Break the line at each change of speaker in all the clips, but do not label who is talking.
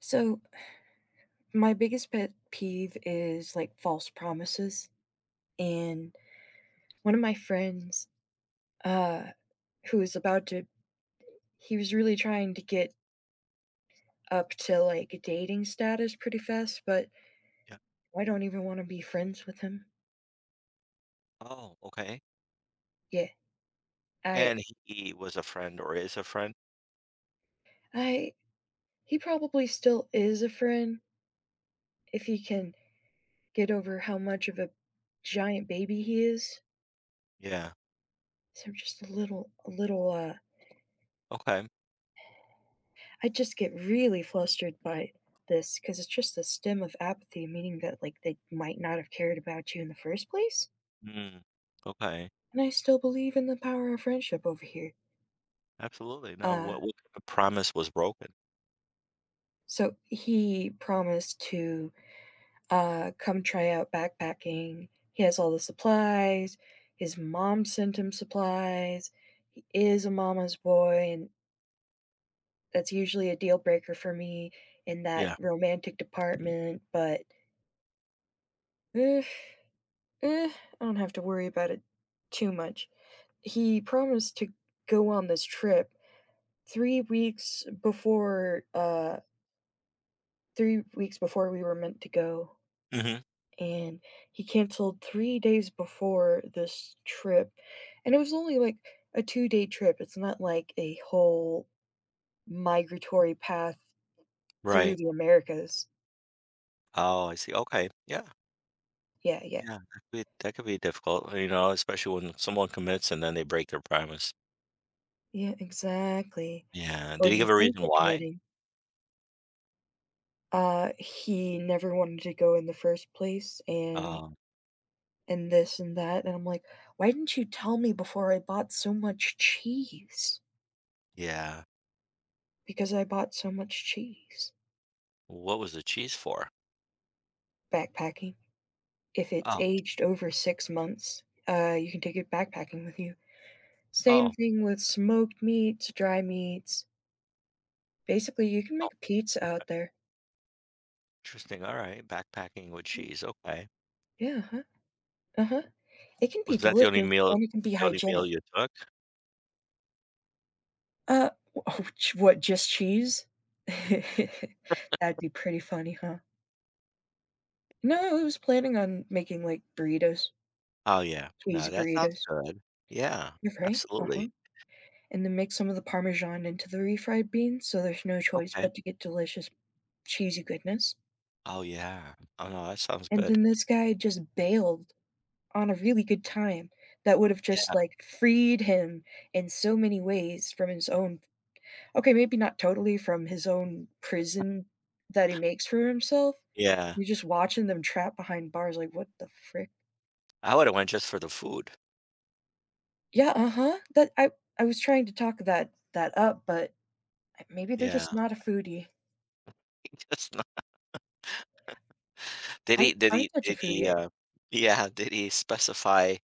So, my biggest pet peeve is like false promises. And one of my friends, uh, who was about to, he was really trying to get up to like dating status pretty fast, but
Yeah.
I don't even want to be friends with him.
Oh, okay.
Yeah, I,
And he was a friend or is a friend?
I, he probably still is a friend if he can get over how much of a giant baby he is.
Yeah.
So I'm just a little,
Okay.
I just get really flustered by this because it's just a stem of apathy, meaning that like they might not have cared about you in the first place.
Mm. Okay.
And I still believe in the power of friendship over here.
Absolutely. Now,
Uh,
what kind of promise was broken?
so he promised to come try out backpacking. He has all the supplies. His mom sent him supplies. He is a mama's boy, and that's usually a deal breaker for me in that
Yeah.
romantic department. But Eh, I don't have to worry about it too much. He promised to go on this trip 3 weeks before 3 weeks before we were meant to go,
Hmm.
and he canceled 3 days before this trip. And it was only like a 2-day trip. It's not like a whole migratory path
Right.
through the Americas.
Oh, I see. Okay. Yeah.
Yeah, yeah.
Yeah. That could be difficult, especially when someone commits and then they break their promise.
Yeah, exactly.
Yeah.
Or
Did he give
you
a
think
reason
they're
why?
committing. He never wanted to go in the first place,
Um,
and this and that, and I'm like, "Why didn't you tell me before I bought so much cheese?"
yeah.
Because I bought so much cheese.
What was the cheese for?
Backpacking. If it's
Oh,
aged over 6 months, you can take it backpacking with you. Same
oh,
thing with smoked meats, dry meats. Basically, you can
oh.
make pizza out there.
Interesting. All right. Backpacking with
Y
cheese. Okay.
Yeah, huh, uh-huh. It can
Was
be
that the only
delicious,
meal,
and it can be
the only meal
hygienic.
you took?
Uh, oh, ch what, just cheese? That'd be pretty funny, huh? No, I was planning on making, like, burritos,
Oh, yeah. No,
cheesy
that sounds
burritos.
good. Yeah,
You're right,
absolutely.
uh-huh, and then make some of the parmesan into the refried beans, so there's no choice
Okay.
but to get delicious cheesy goodness,
Oh, yeah. Oh, no, that sounds
and
good.
then this guy just bailed on a really good time that would've
Yeah,
just, like, freed him in so many ways from his own. Okay, maybe not totally from his own prison that he makes for himself.
yeah.
You're just watching them trapped behind bars like, "What the frick?"
I would've went just for the food.
Yeah, uh-huh, that I was trying to talk that up, but maybe they're
Yeah.
just not a foodie.
Just not. Did he did
I'm
he
such a
did he,
foodie.
uh Yeah, did he specify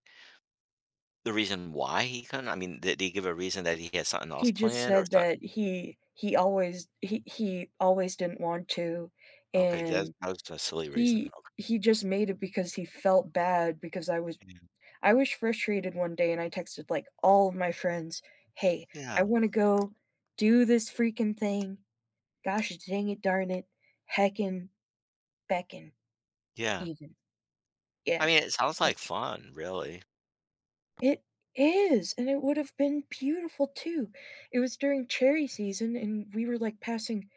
the reason why he couldn't? I mean, did he give a reason that he had something else
He just
planned or
said
something?
that he always he always didn't want to,
Okay, that
and
that was a silly reason.
he just made it because he felt bad because
Okay.
I was frustrated one day and I texted like all of my friends, "Hey, I
Yeah,
want to go do this freaking thing. Gosh dang it, darn it, heckin' beckin'
yeah.
even."
I
Yeah,
mean, it sounds
just
like fun, really.
it is, and it would have been beautiful too. It was during cherry season, and we were like passing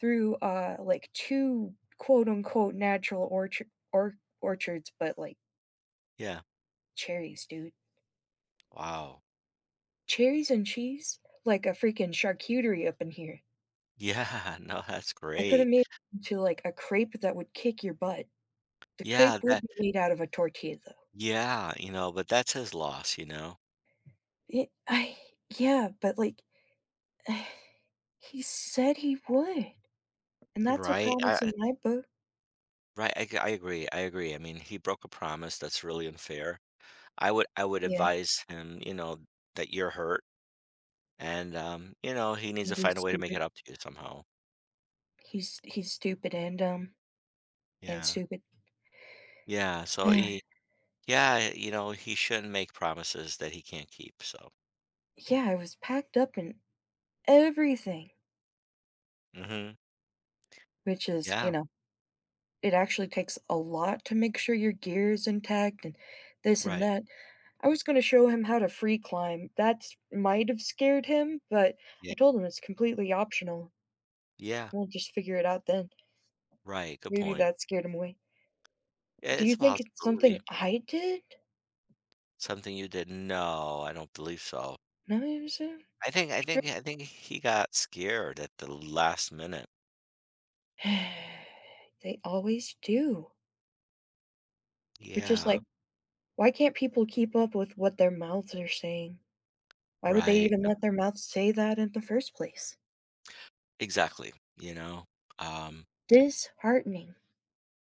through like two quote unquote natural orchards, but like
Yeah.
cherries, dude.
Wow.
Cherries and cheese, like a freaking charcuterie up in here.
Yeah, no, that's
I coulda
great.
made it into, like, a crepe that would kick your butt. The
Yeah,
crepe would
that
be made out of a tortilla, though.
Yeah, but that's his loss,
It I Yeah, but, like, he said he would, and that's a
right?
promise in my book.
Right, I agree. I agree. I mean, he broke a promise. That's really unfair. I would
Yeah,
advise him, that you're hurt, and he needs to
and
find
he's
a way to make it
stupid.
up to you somehow.
He's stupid and
Yeah,
stupid.
yeah. So yeah, he shouldn't make promises that he can't keep. So,
Yeah, I was packed up and everything,
hmm,
which is, you
yeah,
know, it actually takes a lot to make sure your gear is intact and this and
right,
that. I was gonna show him how to free climb. That might have scared him, but
yeah,
I told him it's completely optional.
yeah,
We'll just figure it out then.
right. Good
Maybe
point.
that scared him away.
Yeah,
Do
it's
you
a
think it's
possibility.
something I did?
Something you did? No, I don't believe so.
No, he was,
I think I
sure.
think I think he got scared at the last minute.
They always do. Which is
Yeah,
like, why can't people keep up with what their mouths are saying? Why would they
right.
even let their mouths say that in the first place?
Exactly, you know? Um,
Disheartening.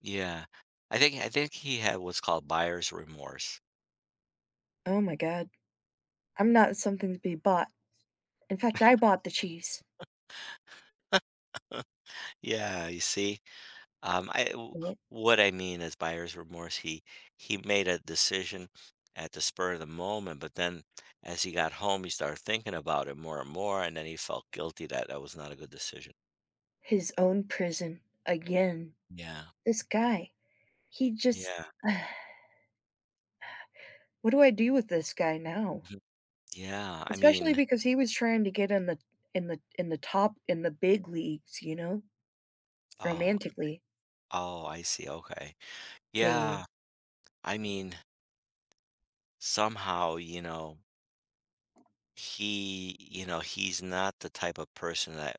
yeah. I think he had what's called buyer's remorse.
Oh my god. I'm not something to be bought. In fact, I bought the cheese.
Yeah, you see? Um, I w- what I mean is buyer's remorse. He made a decision at the spur of the moment, but then as he got home, he started thinking about it more and more, and then he felt guilty that that was not a good decision.
His own prison, again.
Yeah.
This guy, he just
Yeah.
what do I do with this guy now?
Mhm. Yeah, I
Especially
mean,
because he was trying to get in the big leagues, you know,
oh.
romantically.
Oh, I see, okay.
Yeah, yeah, yeah.
Yeah, I mean, somehow, he's not the type of person that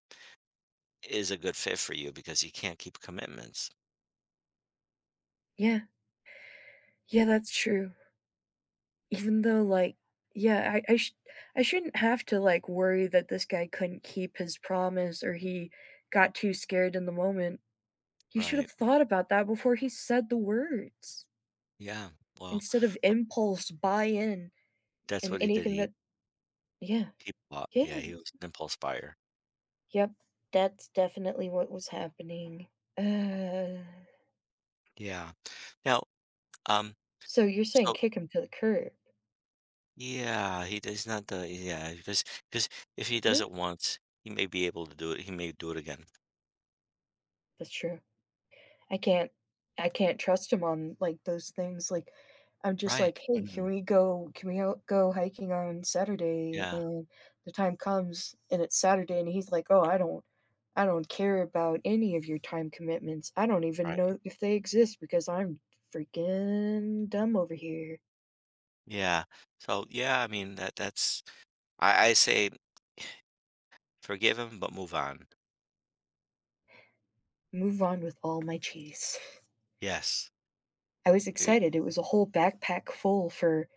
is a good fit for you because he can't keep commitments.
Yeah, yeah, that's true. Even though, like, yeah, I shouldn't have to like worry that this guy couldn't keep his promise or he got too scared in the moment. He should
Right.
have thought about that before he said the words
Yeah. Well,
instead of
that-
impulse buy in.
that's
And
what he did.
anything
He
that yeah,
he bought.
yeah,
Yeah, he was an impulse buyer.
yep, that's definitely what was happening. Uh,
Yeah. Now, um,
so you're saying
so
kick him to the curb.
yeah, he does not the, yeah, because if he does
Yeah,
it once, he may be able to do it. He may do it again.
that's true. I can't I can't trust him on, like, those things, like, I'm just
Right.
like, "Hey,
Hmm.
can we out go hiking on Saturday?"
Yeah.
And the time comes and it's Saturday and he's like, "Oh, I don't care about any of your time commitments. I don't even
Right.
know if they exist because I'm freaking dumb over here."
Yeah. So, yeah, I mean, that that's I say forgive him, but move on.
Move on with all my cheese.
Yes.
I was
You
excited. It was a whole backpack full for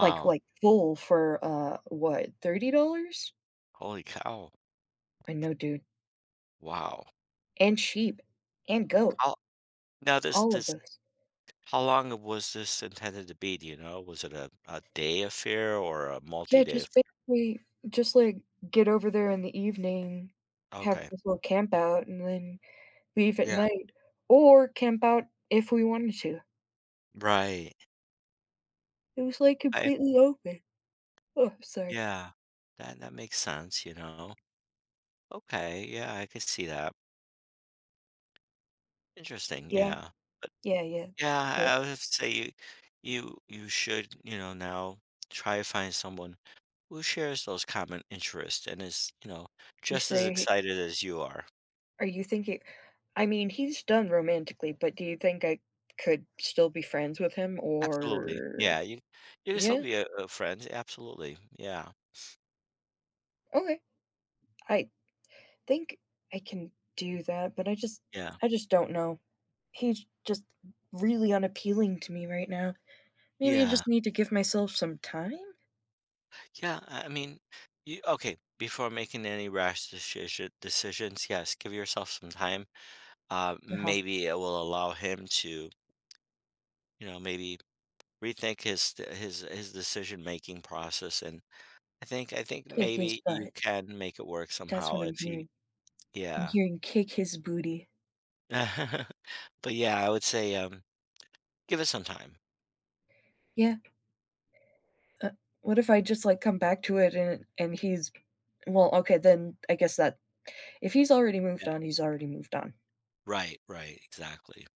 like like full for what, $30?
Holy cow.
I know, dude.
Wow.
And sheep and goat,
How now, this
all of
this
those.
how long was this intended to be? Do you know? Was it a day affair or a
Yeah,
multi-day?
just basically just like get over there in the evening, have
Okay.
this little camp out and then leave at
Yeah.
night or camp out if we wanted to.
Right.
It was like
I
completely open. Oh, sorry.
yeah. That makes sense. Okay. Yeah, I could see that. Interesting.
Yeah.
Yeah. But
Yeah, yeah.
yeah,
Yeah.
I would say you should, now try to find someone who shares those common interests and is,
You
just as
say,
excited as you are.
are you thinking, I mean, he's done romantically, but do you think I could still be friends with him
Absolutely. Yeah,
or.
you can still
Yeah?
be a friend. Absolutely. Yeah.
Okay. I think I can do that, but
Yeah.
I just don't know. He's just really unappealing to me right now. Maybe I
Yeah.
just need to give myself some time?
Yeah. I mean, okay. Before making any rash decisions, yes, give yourself some time.
Uh-huh.
Maybe it will allow him to, maybe rethink his th- his decision making process. And I think
Kick his
maybe you
butt.
can make it work
That's what
somehow
I'm
if he,
hearing. I'm
yeah.
hearing kick his booty.
But yeah, I would say, give it some time.
Yeah. Uh, what if I just, like, come back to it and he's well, okay, then I guess that if he's already moved
Yeah.
on, he's already moved on,
Right, right, exactly.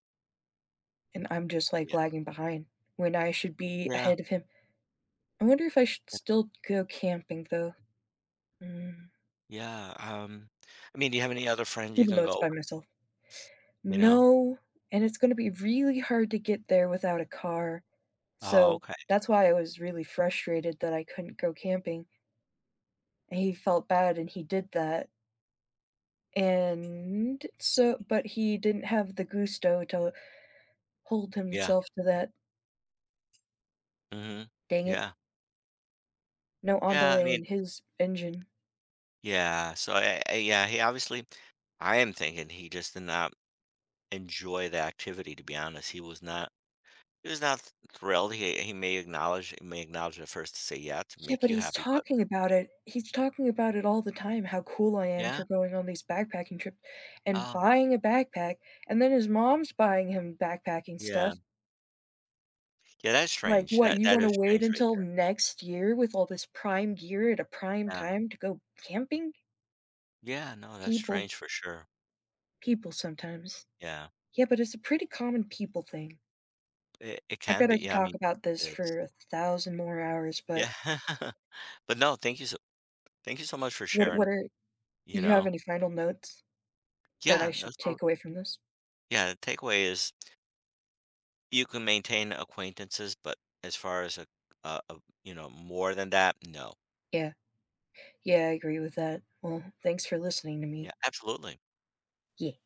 and I'm just, like,
Yeah.
lagging behind when I should be
Yeah,
ahead of him. I wonder if I should still go camping, though, mm,
yeah, I mean, do you have any other friends you
even
can
though it's
go
by
with,
myself.
you know?
No, and it's gonna be really hard to get there without a car,
Oh,
so
okay,
that's why I was really frustrated that I couldn't go camping, and he felt bad, and he did that, and so but he didn't have the gusto to hold
yeah,
himself to that.
mhm,
Dang it.
yeah,
No
yeah, I
Andale
mean,
in his engine.
yeah, so I yeah, he obviously, I am thinking he just did not enjoy the activity, to be honest, he was not thrilled, he may acknowledge at first to say, "Yeah," to
Yeah,
make
but
you happy, but
he's talking about it all the time, how cool I am
yeah?
for going on these backpacking trips and
Oh,
buying a backpack, and then his mom's buying him backpacking
yeah,
stuff.
yeah, that's
Like,
strange,
"What,
that
you
that
wanna
is
wait
strange right
until
there,
next year with all this prime gear at a prime
yeah.
time to go camping?"
Yeah, no, that's
People
strange for sure.
People sometimes.
Yeah.
Yeah, but it's a pretty common people thing.
It
I
can
bet
be,
I could
yeah, I mean,
talk about this
it's
for 1,000 more hours, but
yeah. But no, thank you so much for sharing,
what are
you
you have
know?
any final notes that
Yeah,
I
no,
should
so
take away from this?
yeah, the takeaway is you can maintain acquaintances, but as far as a a more than that, no.
Yeah. Yeah, I agree with that. Well, thanks for listening to
Yeah,
me.
absolutely.
Yeah.